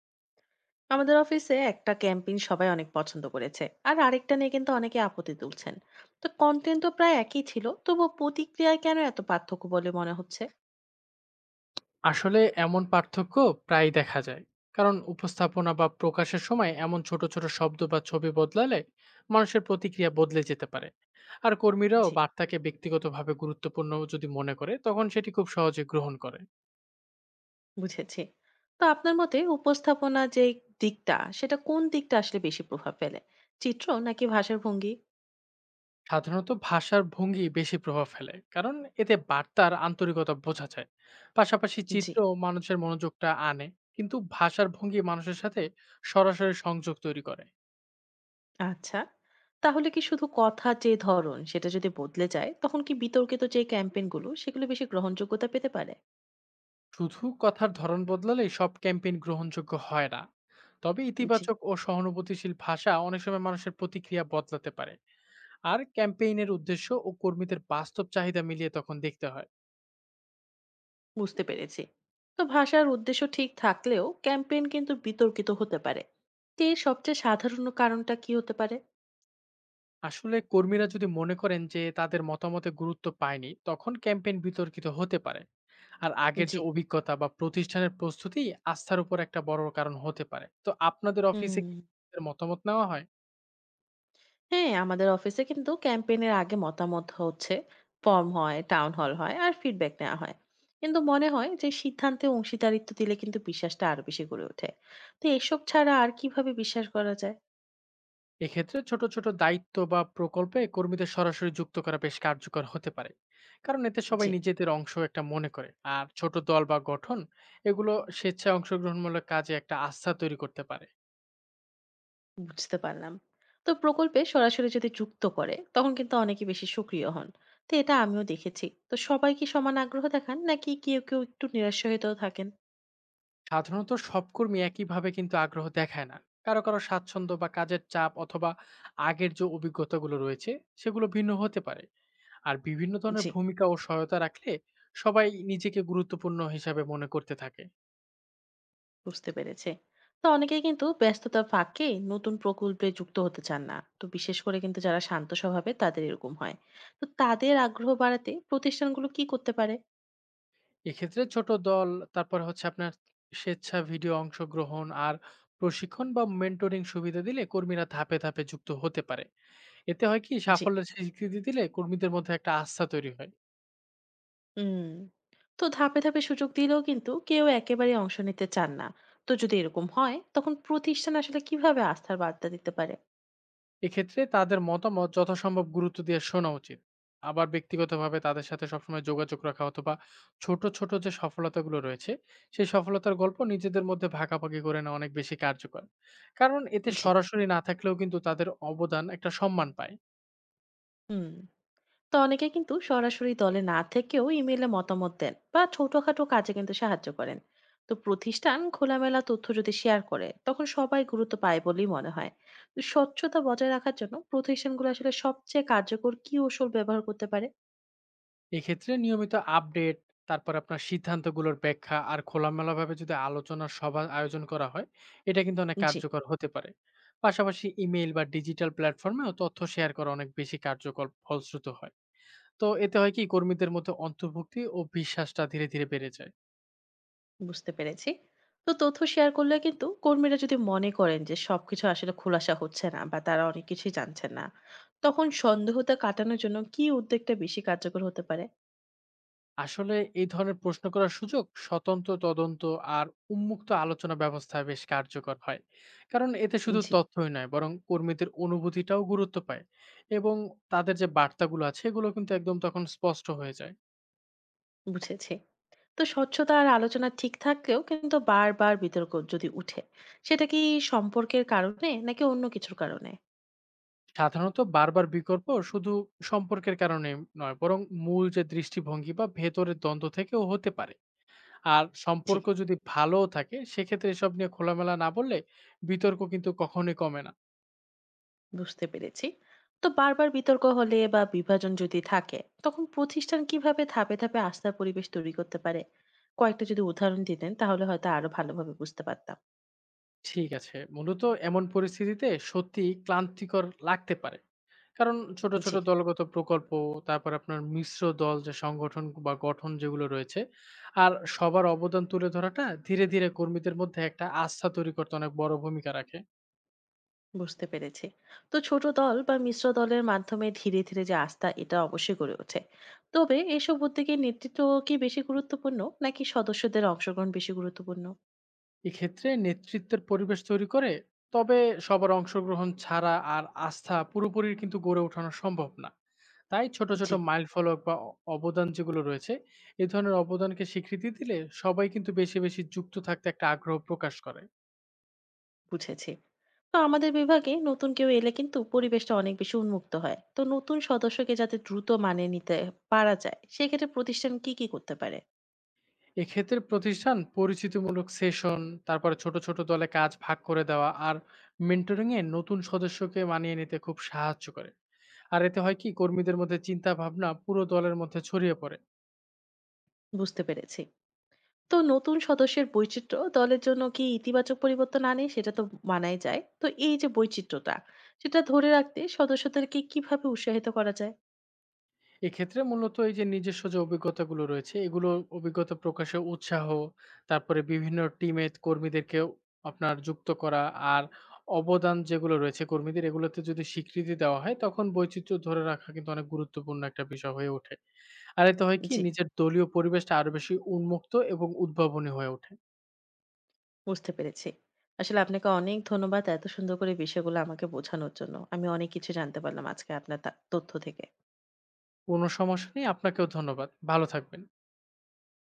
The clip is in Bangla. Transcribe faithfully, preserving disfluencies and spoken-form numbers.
আমাদের অফিসে একটা ক্যাম্পেইন সবাই অনেক পছন্দ করেছে। আর আরেকটা নিয়ে কিন্তু অনেকে আপত্তি তুলছেন। তো কন্টেন্ট তো প্রায় একই ছিল, তবুও প্রতিক্রিয়ায় কেন এত পার্থক্য বলে মনে হচ্ছে? আসলে এমন পার্থক্য প্রায় দেখা যায়। কারণ উপস্থাপনা বা প্রকাশের সময় এমন ছোট ছোট শব্দ বা ছবি বদলালে মানুষের প্রতিক্রিয়া বদলে যেতে পারে। আর কর্মীরাও জি, বার্তাকে ব্যক্তিগতভাবে গুরুত্বপূর্ণ যদি মনে করে তখন সেটি খুব সহজে গ্রহণ করে। বুঝেছি। তো আপনার মতে উপস্থাপনা যে দিকটা, সেটা কোন দিকটা আসলে বেশি প্রভাব ফেলে, চিত্র নাকি ভাষার ভঙ্গি? সাধারণত ভাষার ভঙ্গি বেশি প্রভাব ফেলে, কারণ এতে বার্তার আন্তরিকতা বোঝা যায়। পাশাপাশি জি। চিত্র মানুষের মনোযোগটা আনে, কিন্তু ভাষার ভঙ্গি মানুষের সাথে সরাসরি সংযোগ তৈরি করে। আচ্ছা, তাহলে কি শুধু কথা যে ধরন সেটা যদি বদলে যায়, তখন কি বিতর্কিত যে ক্যাম্পেইনগুলো সেগুলো বেশি গ্রহণযোগ্যতা পেতে পারে? শুধু কথার ধরন বদলালেই সব ক্যাম্পেইন গ্রহণযোগ্য হয় না, তবে জি, ইতিবাচক ও সহানুভূতিশীল ভাষা অনেক সময় মানুষের প্রতিক্রিয়া বদলাতে পারে। আর ক্যাম্পেইনের উদ্দেশ্য ও কর্মীদের বাস্তব চাহিদা মিলিয়ে তখন দেখতে হয়। বুঝতে পেরেছি। তো ভাষার উদ্দেশ্য ঠিক থাকলেও ক্যাম্পেইন কিন্তু বিতর্কিত হতে পারে। তো এর সবচেয়ে সাধারণ কারণটা কি হতে পারে? আসলে কর্মীরা যদি মনে করেন যে তাদের মতামতে গুরুত্ব পায়নি তখন ক্যাম্পেইন বিতর্কিত হতে পারে। আর আগের যে জি। অভিজ্ঞতা বা প্রতিষ্ঠানের প্রস্তুতি আস্থার উপর একটা বড় কারণ হতে পারে। তো আপনাদের অফিসে কি হুম। এর মতামত নেওয়া হয়? হ্যাঁ, আমাদের অফিসে কিন্তু ক্যাম্পেইনের আগে মতামত হচ্ছে ফর্ম হয়, টাউন হল হয়, আর ফিডব্যাক নেওয়া হয়। কিন্তু মনে হয় যে সিদ্ধান্তে অংশীদারিত্ব দিলে কিন্তু বিশ্বাসটা আরো বেশি গড়ে ওঠে। তো এসব ছাড়া আর কিভাবে বিশ্বাস করা যায়? এক্ষেত্রে ছোট ছোট দায়িত্ব বা প্রকল্পে কর্মীদের সরাসরি যুক্ত করা বেশ কার্যকর হতে পারে, কারণ এতে সবাই জি, নিজেদের অংশ একটা মনে করে। আর ছোট দল বা গঠন, এগুলো স্বেচ্ছায় অংশগ্রহণমূলক কাজে একটা আস্থা তৈরি করতে পারে। বুঝতে পারলাম। তো প্রকল্পে সরাসরি যদি যুক্ত করে তখন কিন্তু অনেকে বেশি সক্রিয় হন। তো এটা আমিও দেখেছি। তো সবাই কি সমান আগ্রহ দেখান নাকি কেউ, কেউ একটু নিরাশ্রিত থাকেন? সাধারণত সব কর্মী একইভাবে কিন্তু আগ্রহ দেখায় না। কারো কারো স্বাচ্ছন্দ্য বা কাজের চাপ অথবা আগের যে অভিজ্ঞতাগুলো রয়েছে সেগুলো ভিন্ন হতে পারে। আর বিভিন্ন ধরনের জি, ভূমিকা ও সহায়তা রাখলে সবাই নিজেকে গুরুত্বপূর্ণ হিসাবে মনে করতে থাকে। বুঝতে পেরেছি। তো অনেকেই কিন্তু ব্যস্ততার ফাঁকে নতুন প্রকল্পে যুক্ত হতে চান না। তো বিশেষ করে কিন্তু যারা শান্ত স্বভাবের তাদের এরকম হয়। তো তাদের আগ্রহ বাড়াতে প্রতিষ্ঠানগুলো কি করতে পারে? এক্ষেত্রে ছোট দল, তারপরে হচ্ছে আপনার স্বেচ্ছা ভিডিও অংশগ্রহণ আর প্রশিক্ষণ বা মেন্টরিং সুবিধা দিলে কর্মীরা ধাপে ধাপে যুক্ত হতে পারে। এতে হয় কি, জি। সাফল্যের স্বীকৃতি দিলে কর্মীদের মধ্যে একটা আস্থা তৈরি হয়। হুম। তো ধাপে ধাপে সুযোগ দিলেও কিন্তু কেউ একেবারে অংশ নিতে চান না। তো যদি এরকম হয় তখন প্রতিষ্ঠান আসলে কিভাবে আস্থার বার্তা দিতে পারে? এক্ষেত্রে তাদের মতামত যথাসম্ভব গুরুত্ব দিয়ে শোনা উচিত। আবার ব্যক্তিগতভাবে তাদের সাথে সবসময় যোগাযোগ রাখা অথবা ছোট ছোট যে সফলতাগুলো রয়েছে, সেই সফলতার গল্প নিজেদের মধ্যে ভাগাভাগি করে নেওয়া অনেক বেশি কার্যকর। কারণ এতে জি। সরাসরি না থাকলেও কিন্তু তাদের অবদান একটা সম্মান পায়। হুম। তো অনেকে কিন্তু সরাসরি দলে না থেকেও ইমেলে মতামত দেন বা ছোটখাটো কাজে কিন্তু সাহায্য করেন। তো প্রতিষ্ঠান খোলামেলা তথ্য যদি শেয়ার করে তখন সবাই গুরুত্ব পায় বলেই মনে হয়। তো স্বচ্ছতা বজায় রাখার জন্য প্রতিষ্ঠানগুলো আসলে সবচেয়ে কার্যকর কি কৌশল ব্যবহার করতে পারে? এক্ষেত্রে নিয়মিত আপডেট, তারপর আপনার সিদ্ধান্তগুলোর ব্যাখ্যা আর খোলামেলাভাবে যদি আলোচনা সভা আয়োজন করা হয়, এটা কিন্তু অনেক জি, কার্যকর হতে পারে। পাশাপাশি ইমেইল বা ডিজিটাল প্ল্যাটফর্মেও তথ্য শেয়ার করা অনেক বেশি কার্যকর ফলশ্রুত হয়। তো এতে হয় কি, কর্মীদের মধ্যে অন্তর্ভুক্তি ও বিশ্বাসটা ধীরে ধীরে বেড়ে যায়। বুঝতে পেরেছি। তো তথ্য শেয়ার করলে কিন্তু কর্মীরা যদি মনে করেন যে সবকিছু আসলে খোলাসা হচ্ছে না বা তারা অনেক কিছুই জানছেন না, তখন সন্দেহতা কাটানোর জন্য কি উদ্যোগটা বেশি কার্যকর হতে পারে? আসলে এই ধরনের প্রশ্ন করার সুযোগ, স্বতন্ত্র তদন্ত আর উন্মুক্ত আলোচনা ব্যবস্থা বেশ কার্যকর হয়। কারণ এতে শুধু জি, তথ্যই নয় বরং কর্মীদের অনুভূতিটাও গুরুত্ব পায়। এবং তাদের যে বার্তাগুলো আছে এগুলো কিন্তু একদম তখন স্পষ্ট হয়ে যায়। বুঝেছি। তো স্বচ্ছতা আর আলোচনা ঠিক থাকলেও কিন্তু বারবার বিতর্ক যদি উঠে, সেটা কি সম্পর্কের কারণে নাকি অন্য কিছুর কারণে? সাধারণত বারবার বিকল্প শুধু সম্পর্কের কারণে নয়, বরং মূল যে দৃষ্টিভঙ্গি বা ভেতরের দ্বন্দ্ব থেকেও হতে পারে। আর জি। সম্পর্ক যদি ভালোও থাকে সেক্ষেত্রে এসব নিয়ে খোলামেলা না বললে বিতর্ক কিন্তু কখনোই কমে না। বুঝতে পেরেছি। তো বারবার বিতর্ক হলে বা বিভাজন যদি থাকে তখন প্রতিষ্ঠান কিভাবে ধাপে ধাপে আস্থার পরিবেশ তৈরি করতে পারে? কয়েকটা যদি উদাহরণ দিতেন তাহলে হয়তো আরো ভালোভাবে বুঝতে পারতাম। ঠিক আছে। মূলত এমন পরিস্থিতিতে সত্যিই ক্লান্তিকর লাগতে পারে। কারণ ছোট জি, ছোট দলগত প্রকল্প, তারপর আপনার মিশ্র দল, যে সংগঠন বা গঠন যেগুলো রয়েছে, আর সবার অবদান তুলে ধরাটা ধীরে ধীরে কর্মীদের মধ্যে একটা আস্থা তৈরি করতে অনেক বড় ভূমিকা রাখে। বুঝতে পেরেছি। তো ছোট দল বা মিশ্র দলের মাধ্যমে ধীরে ধীরে যে আস্থা, এটা অবশ্যই গড়ে ওঠে। তবে এসব উদ্যোগের নেতৃত্ব কি বেশি গুরুত্বপূর্ণ নাকি সদস্যদের অংশগ্রহণ বেশি গুরুত্বপূর্ণ? এক্ষেত্রে নেতৃত্বের পরিবেশ তৈরি করে, তবে সবার অংশগ্রহণ ছাড়া আর আস্থা পুরোপুরি কিন্তু গড়ে ওঠানো সম্ভব না। তাই ছোট ছোট জি, মাইল ফলক বা অ- অবদান যেগুলো রয়েছে, এই ধরনের অবদানকে স্বীকৃতি দিলে সবাই কিন্তু বেশি বেশি যুক্ত থাকতে একটা আগ্রহ প্রকাশ করে। বুঝেছি। তো আমাদের বিভাগে নতুন কেউ এলে কিন্তু পরিবেশটা অনেক বেশি উন্মুক্ত হয়। তো নতুন সদস্যকে যাতে দ্রুত মানিয়ে নিতে পারা যায় সেক্ষেত্রে প্রতিষ্ঠান কি কি করতে পারে? এক্ষেত্রে প্রতিষ্ঠান পরিচিতিমূলক সেশন, তারপরে ছোট ছোট দলে কাজ ভাগ করে দেওয়া আর মেন্টরিং এ নতুন সদস্যকে মানিয়ে নিতে খুব সাহায্য করে। আর এতে হয় কি, কর্মীদের মধ্যে চিন্তা ভাবনা পুরো দলের মধ্যে ছড়িয়ে পড়ে। বুঝতে পেরেছি। তো নতুন সদস্যের বৈচিত্র্য দলের জন্য কি ইতিবাচক পরিবর্তন আনে সেটা তো মানাই যায়। তো এই যে বৈচিত্র্যটা, সেটা ধরে রাখতে সদস্যদেরকে কিভাবে উৎসাহিত করা যায়? এক্ষেত্রে মূলত এই যে নিজস্ব যে অভিজ্ঞতাগুলো রয়েছে, এগুলো অভিজ্ঞতা প্রকাশে উৎসাহ, তারপরে বিভিন্ন টিমে কর্মীদেরকেও আপনার যুক্ত করা, আর অবদান যেগুলো রয়েছে কর্মীদের, এগুলোতে যদি স্বীকৃতি দেওয়া হয়, তখন বৈচিত্র্য ধরে রাখা কিন্তু অনেক গুরুত্বপূর্ণ একটা বিষয় হয়ে ওঠে। আর এতে হয় কি? জি, নিজের দলীয় পরিবেশটা আরো বেশি উন্মুক্ত এবং উদ্ভাবনী হয়ে ওঠে। বুঝতে পেরেছি। আসলে আপনাকে অনেক ধন্যবাদ এত সুন্দর করে বিষয়গুলো আমাকে বোঝানোর জন্য। আমি অনেক কিছু জানতে পারলাম আজকে আপনার তা- তথ্য থেকে। কোনো সমস্যা নেই। আপনাকেও ধন্যবাদ। ভালো থাকবেন।